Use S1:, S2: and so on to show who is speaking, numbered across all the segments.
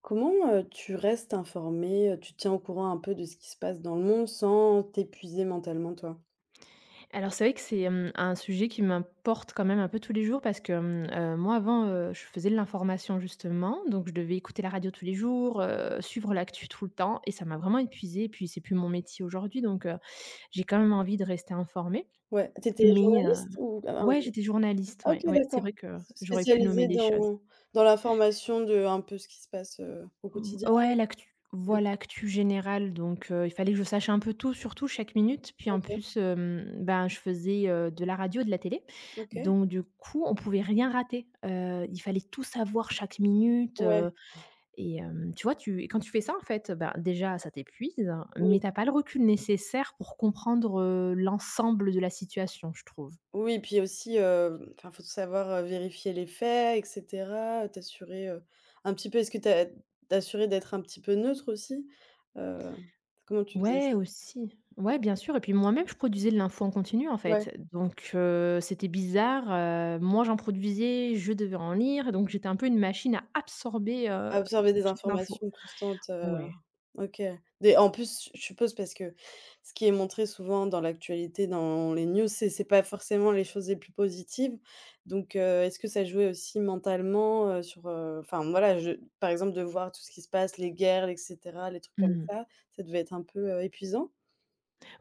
S1: Comment, tu restes informé, tu te tiens au courant un peu de ce qui se passe dans le monde sans t'épuiser mentalement toi?
S2: Alors c'est vrai que c'est, un sujet qui m'importe quand même un peu tous les jours parce que, moi avant, je faisais de l'information justement, donc je devais écouter la radio tous les jours, suivre l'actu tout le temps et ça m'a vraiment épuisée et puis c'est plus mon métier aujourd'hui donc j'ai quand même envie de rester informée
S1: Ouais, t'étais
S2: mais
S1: journaliste ou ah?
S2: ouais, j'étais journaliste,
S1: Ah OK,
S2: ouais, ouais, c'est
S1: d'accord.
S2: vrai que
S1: s
S2: j'aurais pu nommer
S1: Spécialisée
S2: des choses.
S1: dans dans l'information de un peu ce qui se passe, au quotidien?
S2: V Ouais, l'actu voilà, l'actu générale donc il fallait que je sache un peu tout surtout chaque minute. Puis en
S1: OK,
S2: plus, ben, je faisais, de la radio et de la télé.
S1: OK.
S2: Donc du coup, on pouvait rien rater. Il fallait tout savoir chaque minute,
S1: Ouais,
S2: tu vois, tu et quand tu fais ça, en fait, ben, déjà, ça t'épuise, hein, mais
S1: oui.
S2: t'as pas le recul nécessaire pour comprendre, l'ensemble de la situation, je trouve.
S1: Oui, puis aussi, enfin faut savoir, vérifier les faits et cetera, t'assurer, un petit peu, est-ce que t'as as t'assurer d'être un petit peu neutre aussi? Heu, comment tu faisais
S2: Ouais,
S1: ça?
S2: aussi. Ouais, bien sûr et puis moi-même, je produisais de l'info en continu, en
S1: Ouais.
S2: fait, donc c'était bizarre, moi, j'en produisais, je devais en lire, donc j'étais un peu une machine à absorber,
S1: Absorber des
S2: toute l'info.
S1: informations constantes,
S2: Ouais.
S1: OK. Des, en plus, je suppose, parce que ce qui est montré souvent dans l'actualité, dans les news, c'est pas forcément les choses les plus positives. Donc, est-ce que ça jouait aussi mentalement, enfin voilà, je par exemple, de voir tout ce qui se passe, les guerres, et cetera, les trucs comme
S2: Mmh.
S1: ça devait être un peu, épuisant?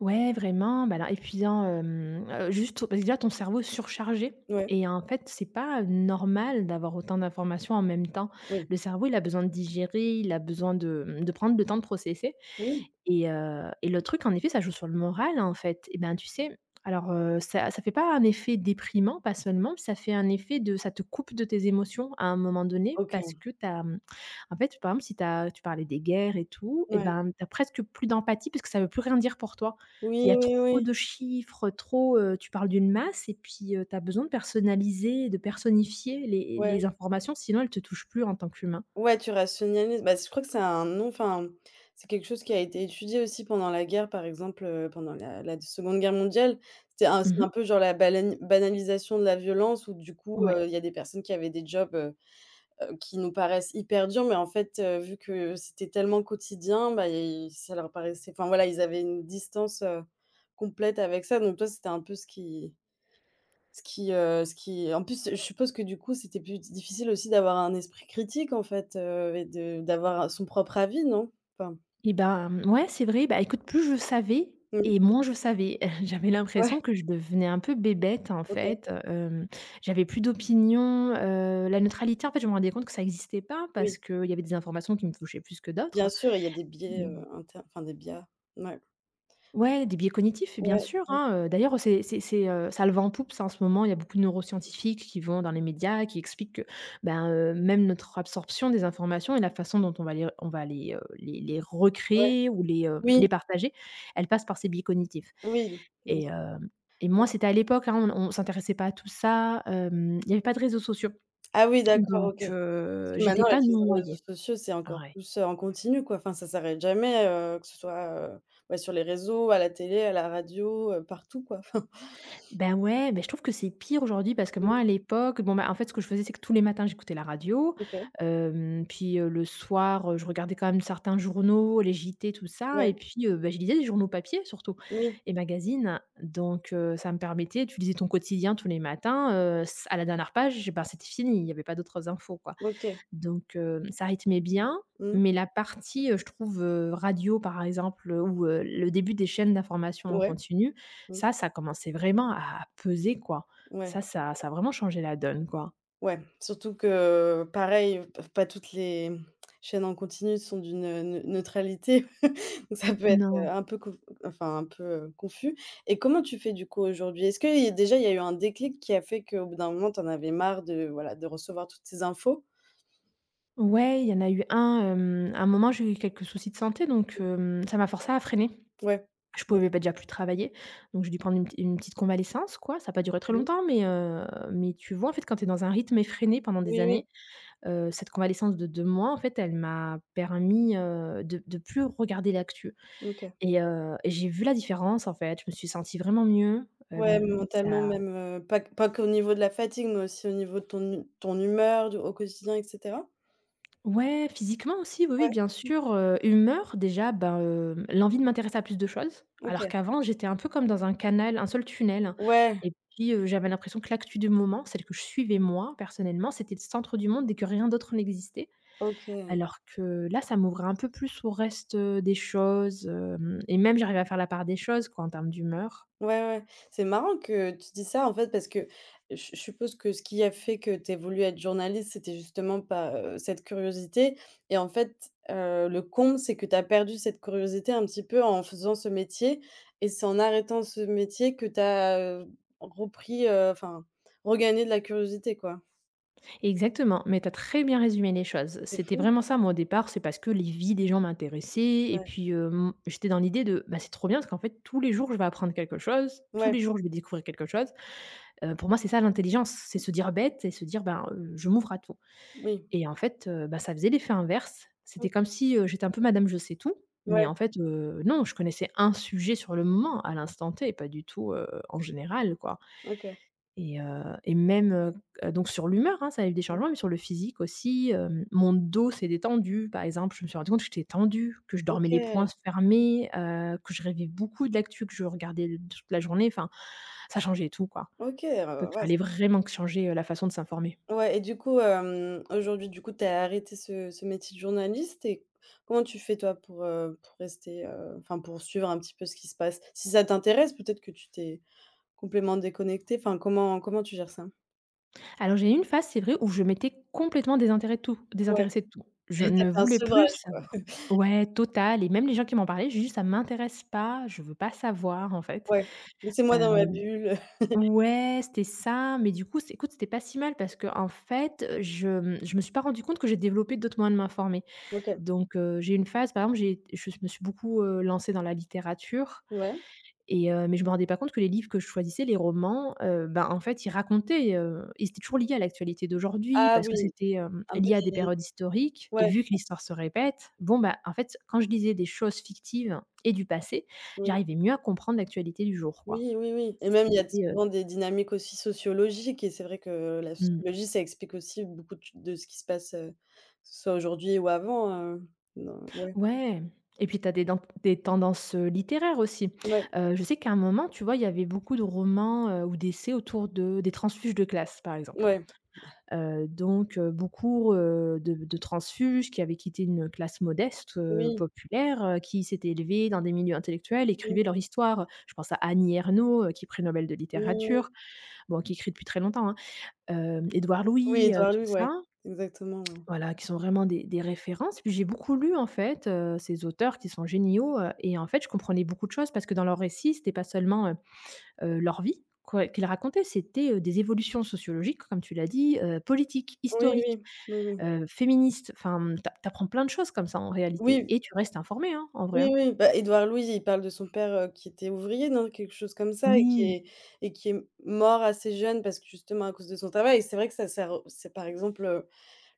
S2: Ouais, vraiment, bah, là, épuisant, juste parce que déjà ton cerveau est surchargé
S1: Ouais,
S2: et en fait, c'est pas normal d'avoir autant d'informations en même temps.
S1: oui,
S2: Le cerveau, il a besoin de digérer, il a besoin de, de prendre le temps de processer
S1: oui,
S2: et et le truc, en effet, ça joue sur le moral, en fait et ben, tu sais, alors, ça fait pas un effet déprimant, pas seulement, ça fait un effet de ça te coupe de tes émotions à un moment donné
S1: OK,
S2: parce que en fait, par exemple, si t'as tu parlais des guerres et tout et
S1: ouais.
S2: ben, t'as presque plus d'empathie parce que ça veut plus rien dire pour toi. Il y
S1: Oui,
S2: a
S1: oui,
S2: trop
S1: oui,
S2: de chiffres, trop, tu parles d'une masse et puis, tu as besoin de personnaliser, de personnifier
S1: ouais.
S2: les informations, sinon elles te touchent plus en tant qu'humain.
S1: Ouais, tu rationalises. Bah, je crois que c'est un nom, enfin, c'est quelque chose qui a été étudié aussi pendant la guerre, par exemple, pendant la 2 Guerre mondiale.
S2: Mmh
S1: C'est un
S2: mh.
S1: peu genre la balani banalisation de la violence où du coup,
S2: Ouais
S1: il y a des personnes qui avaient des jobs, qui nous paraissent hyper durs, mais en fait, vu que c'était tellement quotidien, bah, i ça leur paraissait, enfin voilà, ils avaient une distance, complète avec ça. Donc toi, c'était un peu ce qui, en plus, je suppose, que du coup, c'était plus difficile aussi d'avoir un esprit critique en fait, et de d'avoir son propre avis, non? Enfin,
S2: et ben, ouais, c'est vrai, bah, écoute, plus je savais
S1: mmh,
S2: et moins je savais. J'avais
S1: ouais,
S2: l'impression que je devenais un peu bébête, en
S1: OK,
S2: fait, j'avais plus d'opinion, la neutralité, en fait, je me rendais compte que ça existait pas parce
S1: oui,
S2: qu'il y avait des informations qui me touchaient plus que
S1: bien
S2: d'autres,
S1: sûr, il y a des biais,
S2: mais
S1: inter enfin des biais, ouais,
S2: ouais, des biais cognitifs, bien
S1: ouais, c'est
S2: sûr,
S1: ça,
S2: hein, heu, d'ailleurs, ça a le vent en poupe ça en ce moment. Il y a beaucoup de neuroscientifiques qui vont dans les médias, qui expliquent que, ben, même notre absorption des informations et la façon dont on va les, les
S1: ouais,
S2: recréer ou
S1: oui,
S2: les partager, elle passe par ces biais cognitifs
S1: oui, bien
S2: et
S1: sûr.
S2: hem et moi, c'était à l'époque, hein, on s'intéressait pas à tout ça, il y avait pas de réseaux sociaux
S1: Ah oui, d'accord,
S2: donc
S1: OK. Parce
S2: heu,
S1: que
S2: j'étais
S1: maintenant
S2: pas
S1: avec les réseaux
S2: noyée.
S1: sociaux, c'est encore
S2: Ouais.
S1: plus, en continu quoi, enfin ça s'arrête jamais, que ce soit, ouais, sur les réseaux, à la télé, à la radio, partout quoi, enfin,
S2: Ben ouais, mais je trouve que c'est pire aujourd'hui parce que
S1: mmh,
S2: moi, à l'époque, bon, ben en fait, ce que je faisais, c'est que tous les matins, j'écoutais la radio.
S1: OK,
S2: Puis, le soir, je regardais quand même certains journaux, les JT, tout ça.
S1: ouais,
S2: Et puis, bah, je lisais des journaux papier surtout
S1: oui,
S2: et magazines. Donc, ça me permettait tu lisais ton quotidien tous les matins, s à la dernière page, ben c'était fini, il y avait pas d'autres infos, quoi.
S1: OK,
S2: Donc ça rythmait bien,
S1: mmh,
S2: mais la partie, je trouve, radio par exemple, ou le début des chaînes d'information en
S1: ouais,
S2: continu,
S1: mmh.
S2: ça commençait vraiment à peser quoi.
S1: Ouais,
S2: Ça a vraiment changé la donne quoi.
S1: ouais, surtout que pareil, p pas toutes les chaînes en continu sont d'une, neutralité. Donc ça peut être,
S2: Non.
S1: un peu conf enfin un peu, confus, et comment tu fais du coup aujourd'hui? Est-ce que y déjà il y a eu un déclic qui a fait qu'au bout d'un moment tu en avais marre de voilà, de recevoir toutes ces infos?
S2: Ouais, il y en a eu un, à un moment j'ai eu quelques soucis de santé donc
S1: Mmh,
S2: hem, ça m'a forcé à freiner.
S1: ouais.
S2: Je
S1: Bien
S2: pouvais
S1: sûr,
S2: pas déjà plus travailler, donc j'ai dû prendre une petite convalescence quoi. Ça a pas duré très
S1: oui.
S2: longtemps mais mais tu vois en fait quand tu es dans un rythme effréné pendant des
S1: Oui, oui,
S2: années cette convalescence de 2 mois, en fait, elle m'a permis, de plus regarder l'actu
S1: OK.
S2: et et j'ai vu la différence, en fait. Je me suis sentie vraiment mieux,
S1: Ouais, mentalement
S2: ça
S1: même, pas qu'au niveau de la fatigue, mais aussi au niveau de ton hu ton humeur, du au quotidien et cetera?
S2: ouais, physiquement aussi, oui, oui,
S1: Ouais.
S2: bien
S1: Mmh,
S2: sûr, humeur déjà, ben, l'envie de m'intéresser à plus de choses,
S1: OK.
S2: alors qu'avant, j'étais un peu comme dans un canal, un seul tunnel
S1: Ouais,
S2: et puis, j'avais l'impression que l'actu du moment, celle que je suivais moi, personnellement, c'était le centre du monde dès que rien d'autre n'existait.
S1: OK.
S2: Alors que là, ça m'ouvre un peu plus au reste, des choses, hem et même j'arrive à faire la part des choses, quoi, en termes d'humeur.
S1: Ouais, ouais. C'est marrant que tu dis ça, en fait, parce que je suppose que ce qui a fait que tu aies voulu être journaliste, c'était justement pas, cette curiosité, et en fait, le comble, c'est que tu as perdu cette curiosité un petit peu en faisant ce métier, et c'est en arrêtant ce métier que tu as, repris, enfin, regagné de la curiosité, quoi.
S2: Exactement, mais tu as très bien résumé les choses.
S1: C'est
S2: C'était
S1: fou.
S2: vraiment ça, moi, au départ, c'est parce que les vies des gens m'intéressaient et
S1: Ouais.
S2: puis, j'étais dans l'idée de: «Bah, c'est trop bien parce qu'en fait, tous les jours, je vais apprendre quelque chose, tous
S1: Ouais,
S2: les jours, je vais découvrir quelque chose». Pour moi, c'est ça l'intelligence, c'est se dire bête et se dire: «Ben, je m'ouvre à tout».
S1: oui.
S2: Et en fait, bah, ça faisait l'effet inverse.
S1: Mmh.
S2: C'était comme si, j'étais un peu madame je sais tout, mais
S1: Ouais,
S2: en fait, non, je connaissais un sujet sur le moment, à l'instant T, pas du tout, en général, quoi.
S1: OK.
S2: Et et même, donc sur l'humeur, hein, ça a eu des
S1: Mmh.
S2: changements, mais sur le physique aussi, mon dos s'est détendu, par exemple. Je me suis rendu compte que j'étais tendue, que je dormais les
S1: OK.
S2: poings fermés, que je rêvais beaucoup de l'actu que je regardais toute la journée, enfin, ça changeait tout, quoi.
S1: OK,
S2: Donc
S1: ouais.
S2: fallait vraiment que changer, la façon de s'informer.
S1: Ouais et du coup, aujourd'hui, du coup, tu as arrêté ce métier de journaliste, et comment tu fais toi pour rester, enfin pour suivre un petit peu ce qui se passe? Si ça t'intéresse, peut-être que tu t'es complètement déconnecté, enfin comment tu gères ça?
S2: Alors j'ai eu une phase, c'est vrai, où je m'étais complètement désintéré tout
S1: Ouais,
S2: désintéressée de tout.
S1: t'as
S2: Je
S1: fait
S2: ne
S1: un
S2: voulais
S1: sevrage?
S2: plus savoir. Ouais, total et même les gens qui m'en parlaient, j'ai dit: «Ça m'intéresse pas, je veux pas savoir, en fait».
S1: Ouais. Laissez-moi dans ma
S2: Hem,
S1: bulle.
S2: ouais, c'était ça, mais du coup, c'est écoute, c'était pas si mal parce que en fait, je me suis pas rendu compte que j'ai développé d'autres moyens de m'informer.
S1: OK.
S2: Donc j'ai eu une phase, par exemple, j'ai je me suis beaucoup, lancée dans la littérature,
S1: Ouais.
S2: mais je me rendais pas compte que les livres que je choisissais, les romans, ben, en fait, ils étaient toujours liés à l'actualité d'aujourd'hui
S1: Ah
S2: parce que
S1: oui,
S2: c'était,
S1: un peu
S2: lié à des
S1: des,
S2: périodes historiques et
S1: ouais,
S2: vu que l'histoire se répète, bon, bah, en fait, quand je lisais des choses fictives et du passé,
S1: oui.
S2: j'arrivais mieux à comprendre l'actualité du jour, quoi.
S1: Oui, oui, oui et même il y a
S2: C'était, heu
S1: souvent des dynamiques aussi sociologiques, et c'est vrai que la
S2: mmh.
S1: sociologie, ça explique aussi beaucoup de ch de ce qui se passe, que ce soit aujourd'hui ou avant, dans, ouais,
S2: Ouais et puis tu as des dent des tendances, littéraires aussi.
S1: ouais,
S2: Je sais qu'à un moment, tu vois, il y avait beaucoup de romans, ou d'essais autour de des transfuges de classe, par exemple.
S1: ouais,
S2: Donc beaucoup, de transfuges qui avaient quitté une classe modeste,
S1: oui,
S2: populaire, qui s'étaient élevés dans des milieux intellectuels,
S1: mmh,
S2: écrivaient leur histoire. Je pense à Annie Ernaux, qui est prix Nobel de
S1: mmh,
S2: littérature, bon qui écrit depuis très longtemps, hein. Édouard
S1: oui, oui,
S2: Louis,
S1: Édouard
S2: tout
S1: Louis,
S2: ça,
S1: ouais, exactement, ouais.
S2: voilà, qui sont vraiment des références. Puis j'ai beaucoup lu en fait, ces auteurs qui sont géniaux, et en fait je comprenais beaucoup de choses parce que dans leurs récits, c'était pas seulement, leur vie quoi qu'ils racontaient, c'était, des évolutions sociologiques, comme tu l'as dit, politiques,
S1: Oui,
S2: historiques
S1: oui, oui, oui.
S2: féministe. Enfin, tu a plein de choses comme ça en réalité
S1: Oui,
S2: et tu restes informé, hein, en vrai,
S1: oui,
S2: hein.
S1: oui, bah, Édouard Louis, il parle de son père, qui était ouvrier, non? Quelque chose comme ça,
S2: Oui.
S1: et qui est mort assez jeune parce que justement à cause de son travail, et c'est vrai que ça ça re c'est par exemple,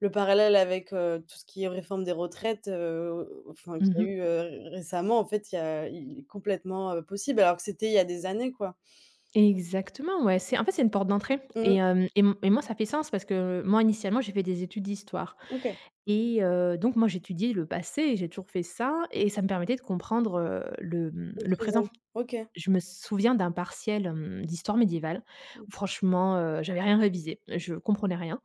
S1: le parallèle avec, tout ce qui est réforme des retraites, enfin qu'il y a
S2: Mmh.
S1: eu, récemment, en fait, il y a il est complètement, possible, alors que c'était il y a des années, quoi.
S2: Exactement, ouais, c'est en fait, c'est une porte d'entrée
S1: Mmh,
S2: et hem et m et moi, ça fait sens parce que moi, initialement, j'ai fait des études d'histoire
S1: OK,
S2: et donc moi, j'étudiais le passé, et j'ai toujours fait ça et ça me permettait de comprendre,
S1: le
S2: le
S1: présent.
S2: présent.
S1: OK.
S2: Je me souviens d'un partiel, d'histoire médiévale
S1: Mmh.
S2: où franchement, j'avais rien révisé, je comprenais rien.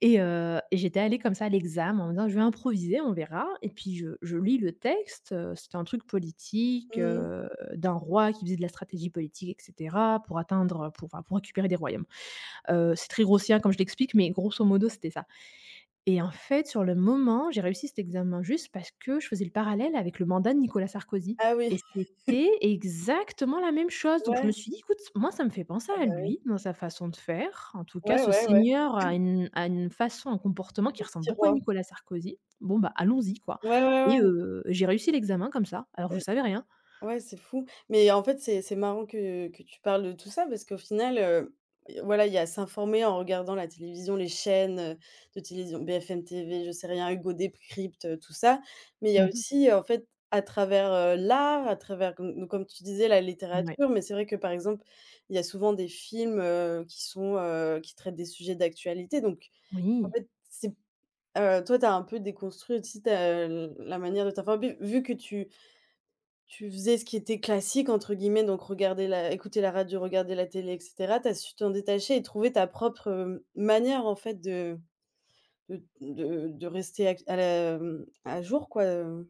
S2: Et et j'étais allée comme ça à l'examen en me disant: «Je vais improviser, on verra» et puis je lis le texte, c'était un truc politique,
S1: Mmh.
S2: d'un roi qui faisait de la stratégie politique et cetera pour atteindre, pour enfin, pour récupérer des royaumes. C'est très grossier, hein, comme je l'explique, mais grosso modo, c'était ça. Et en fait, sur le moment, j'ai réussi cet examen juste parce que je faisais le parallèle avec le mandat de Nicolas Sarkozy
S1: Ah oui.
S2: et c'était exactement la même chose. Donc je me
S1: Ouais.
S2: suis dit: «Écoute, moi ça me fait penser
S1: Ah
S2: à
S1: bah oui.
S2: lui, dans sa façon de faire». En tout cas,
S1: Ouais,
S2: ce
S1: ouais, ouais.
S2: seigneur a une façon, un comportement qui
S1: Le
S2: ressemble
S1: petit
S2: beaucoup à
S1: roi.
S2: Nicolas Sarkozy. Bon, bah, allons-y, quoi,
S1: Ouais, ouais,
S2: et
S1: ouais.
S2: j'ai réussi l'examen comme ça, alors que je savais rien.
S1: Ouais, c'est fou. Mais en fait, c'est marrant que tu parles de tout ça parce qu'au final, voilà, il y a s'informer en regardant la télévision, les chaînes, de télévision, BFM TV, je sais rien, Hugo Décrypte, tout ça. Mais il y a
S2: Mmh.
S1: aussi, en fait, à travers, l'art, à travers, comme donc comme tu disais, la littérature,
S2: Ouais.
S1: mais c'est vrai que, par exemple, il y a souvent des films, qui sont, qui traitent des sujets d'actualité. Donc en
S2: Oui.
S1: fait, c'est, toi, tu as un peu déconstruit aussi ta la manière de t'informer, vu que tu faisais ce qui était «classique» entre guillemets, donc regarder la écouter la radio, regarder la télé et cetera. Tu as su t'en détacher et trouver ta propre, manière en fait de de rester ac à la, mmh, à jour quoi,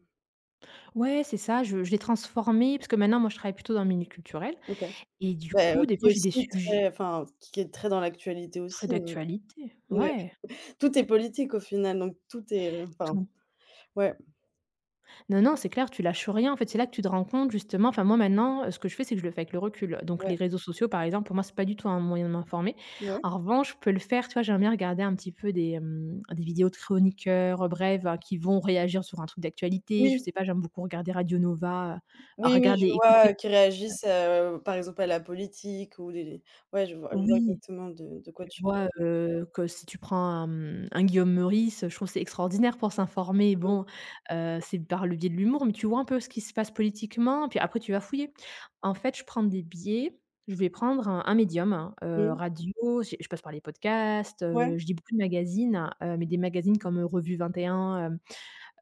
S2: Ouais, c'est ça, je l'ai transformé parce que maintenant moi je travaille plutôt dans le milieu culturel,
S1: OK.
S2: et du
S1: Bah,
S2: coup, des
S1: qui
S2: fois
S1: est
S2: j'ai des
S1: aussi
S2: sujets
S1: très, enfin, qui est très dans l'actualité
S2: très
S1: aussi,
S2: d'actualité,
S1: ouais.
S2: ouais.
S1: Tout est politique au final, donc tout est, enfin,
S2: Tout.
S1: ouais,
S2: Non, non, c'est clair, tu lâches rien. En fait, c'est là que tu te rends compte, justement, enfin moi maintenant, ce que je fais, c'est que je le fais avec le recul. Donc
S1: ouais,
S2: les réseaux sociaux, par exemple, pour moi, c'est pas du tout un moyen de m'informer.
S1: ouais.
S2: En revanche, je peux le faire, tu vois, j'aime bien regarder un petit peu des, des vidéos de chroniqueurs, bref, qui vont réagir sur un truc d'actualité. Je
S1: Oui,
S2: sais pas, j'aime beaucoup regarder Radio Nova,
S1: oui, oui,
S2: regarder,
S1: je vois,
S2: écouter,
S1: qui réagissent, par exemple à la politique, ou des, ouais, je vois
S2: oui.
S1: exactement de quoi
S2: Tu
S1: tu,
S2: vois, que si tu prends un, mmh, un Guillaume Meurice, je trouve c'est extraordinaire pour s'informer. Bon, c'est par le biais de l'humour, mais tu vois un peu ce qui se passe politiquement, puis après tu vas fouiller. En fait, je prends des biais, je vais prendre un médium, hein,
S1: mmh, mmh,
S2: radio, j'ai je passe par les podcasts,
S1: ouais,
S2: je lis beaucoup de magazines, mais des magazines comme, Revue 21,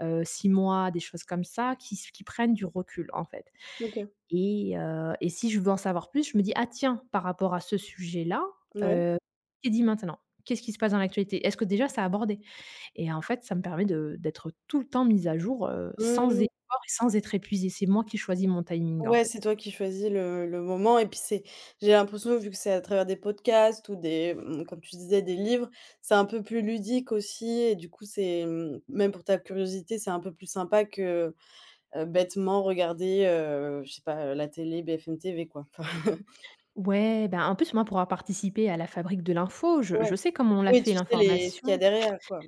S2: 6 mois, des choses comme ça qui prennent du recul, en fait.
S1: OK.
S2: Et si je veux en savoir plus, je me dis: «Ah tiens, par rapport à ce sujet-là,
S1: Ouais.
S2: heu, qu'est dit maintenant? Qu'est-ce qui se passe dans l'actualité? Est-ce que déjà ça a abordé ?» Et en fait, ça me permet de d'être tout le temps mise à jour, sans effort
S1: Mmh.
S2: et sans être épuisée. C'est moi qui choisis mon timing, en
S1: Ouais,
S2: fait.
S1: c'est toi qui choisis le moment, et puis c'est, j'ai l'impression, vu que c'est à travers des podcasts ou des, mmh, comme tu disais, des livres, c'est un peu plus ludique aussi, et du coup c'est, mmh, même pour ta curiosité, c'est un peu plus sympa que, bêtement regarder, je sais pas, la télé, BFM TV quoi.
S2: Ouais, ben, en plus, moi, pour avoir participé à la fabrique de l'info, je
S1: Enfin, ouais.
S2: je sais comment on la
S1: Oui, tu
S2: fait,
S1: sais les ce
S2: l'information.
S1: qu'il y a derrière quoi.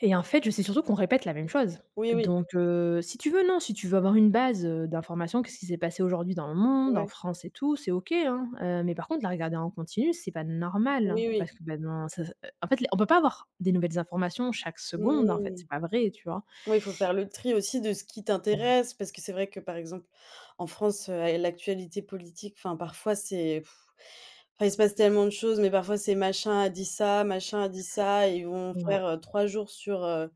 S2: Et en fait, je sais surtout qu'on répète la même chose.
S1: Oui, oui.
S2: Donc, si tu veux, non, si tu veux avoir une base, d'information, qu'est-ce qui s'est passé aujourd'hui dans le monde, en
S1: Ouais.
S2: France et tout, c'est OK, hein, mais par contre, la regarder en continu, c'est pas normal, hein,
S1: Oui, oui.
S2: parce que, bah, non, ça, en fait, on peut pas avoir des nouvelles informations chaque seconde, en fait,
S1: Mmh.
S2: c'est pas vrai, tu vois?
S1: Oui, il faut faire le tri aussi de ce qui
S2: Ouais,
S1: t'intéresse, parce que c'est vrai que, par exemple, en France, l'actualité politique, enfin, parfois, c'est pff, enfin, il se passe tellement de choses, mais parfois, c'est machin a dit ça, machin a dit ça, et ils vont
S2: ouais,
S1: faire, 3 jours sur,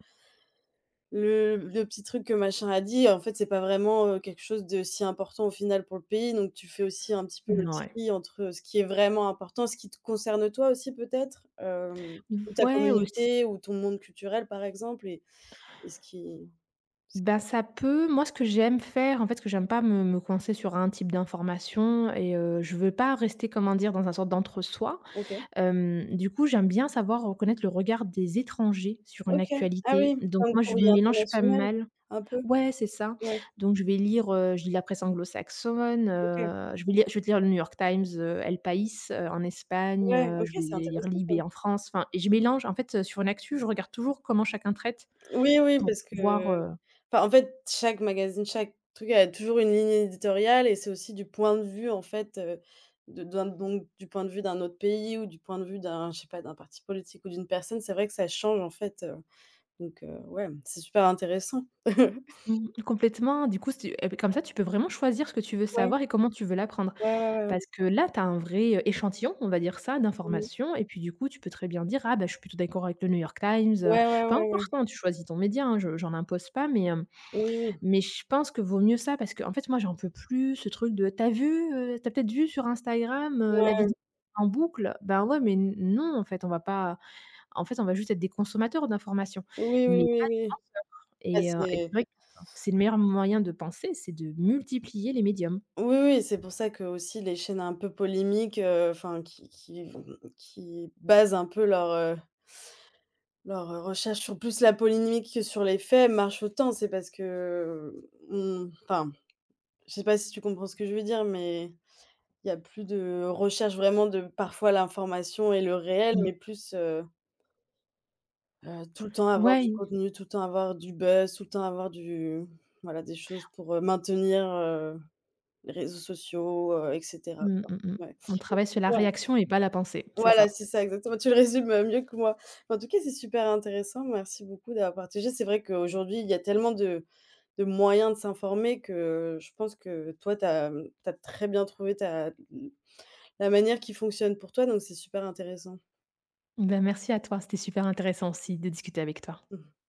S1: le petit truc que machin a dit. En fait, c'est pas vraiment, quelque chose de si important au final pour le pays, donc tu fais aussi un petit peu le
S2: ouais.
S1: tri entre ce qui est vraiment important, ce qui te concerne toi aussi peut-être, ou ta
S2: Ouais, aussi.
S1: communauté, ou ton monde culturel, par exemple, et ce qui ce
S2: Bah, ça peut. Moi, ce que j'aime faire, en fait, ce que j'aime pas, me coincer sur un type d'information, et je veux pas rester, comment dire, dans un sorte d'entre-soi.
S1: OK.
S2: Hem, du coup, j'aime bien savoir reconnaître le regard des étrangers sur une
S1: OK. Ah
S2: actualité.
S1: oui,
S2: Donc
S1: comme
S2: moi, je
S1: Courrier
S2: mélange pas
S1: International?
S2: mal,
S1: Un peu?
S2: ouais, c'est ça.
S1: Ouais,
S2: Donc je vais lire, je lis la presse anglo-saxonne,
S1: OK.
S2: je vais lire le New York Times, El País, en Espagne,
S1: Ouais, OK,
S2: je vais
S1: c'est
S2: lire
S1: intéressant ça.
S2: Libé en France. Enfin, et je mélange en fait, sur une actu, je regarde toujours comment chacun traite
S1: Oui, oui,
S2: pour
S1: parce que,
S2: voir,
S1: enfin, en fait, chaque magazine, chaque truc a toujours une ligne éditoriale, et c'est aussi du point de vue, en fait, de d'un donc du point de vue d'un autre pays, ou du point de vue d'un, je sais pas, d'un parti politique ou d'une personne. C'est vrai que ça change, en fait, donc ouais, c'est super intéressant.
S2: mmh, complètement. Du coup, c'est, et beh, comme ça, tu peux vraiment choisir ce que tu veux
S1: Ouais,
S2: savoir et comment tu veux l'apprendre.
S1: ouais, ouais, ouais, ouais.
S2: Parce que là, tu as un vrai, échantillon, on va dire ça,
S1: Mmh.
S2: d'informations, et puis du coup, tu peux très bien dire: «Ah bah, je suis plutôt d'accord avec le New York Times»,
S1: Ouais, ouais,
S2: peu
S1: ouais.
S2: importe, hein, tu choisis ton média, hein, je j'en impose pas, mais
S1: Oui, oui.
S2: mais je pense que vaut mieux ça parce que, en fait, moi, j'en peux plus ce truc de: t'as vu, tu peut-être vu sur Instagram, la
S1: Ouais.
S2: vidéo en boucle ?» Ben, ouais, mais n non, en fait, on va pas, en fait, on va juste être des consommateurs d'informations,
S1: Oui, oui,
S2: mais,
S1: oui, oui. Bah,
S2: et
S1: c'est
S2: c'est vrai que c'est le meilleur moyen de penser, c'est de multiplier les médiums.
S1: Oui, oui, c'est pour ça que aussi les chaînes un peu polémiques, enfin qui vont qui basent un peu leur, leur, recherche sur plus la polémique que sur les faits marchent autant. C'est parce que, on, enfin, je sais pas si tu comprends ce que je veux dire, mais il y a plus de recherche vraiment de parfois l'information et le réel,
S2: Mmh.
S1: mais plus, tout le temps avoir du
S2: Ouais.
S1: contenu, tout le temps avoir du buzz, tout le temps avoir du, voilà, des choses pour, maintenir, les réseaux sociaux, et cetera
S2: Mmh,
S1: quoi.
S2: mmh, mh.
S1: Ouais.
S2: On travaille sur la réaction et pas la pensée, c'est
S1: Voilà,
S2: ça.
S1: c'est ça, exactement. Tu le résumes, mieux que moi. En tout cas, c'est super intéressant. Merci beaucoup d'avoir partagé. C'est vrai qu'aujourd'hui, il y a tellement de moyens de s'informer que je pense que toi, tu, mmh, tu as très bien trouvé ta la manière qui fonctionne pour toi, donc c'est super intéressant.
S2: Ben, merci à toi, c'était super intéressant aussi de discuter avec toi.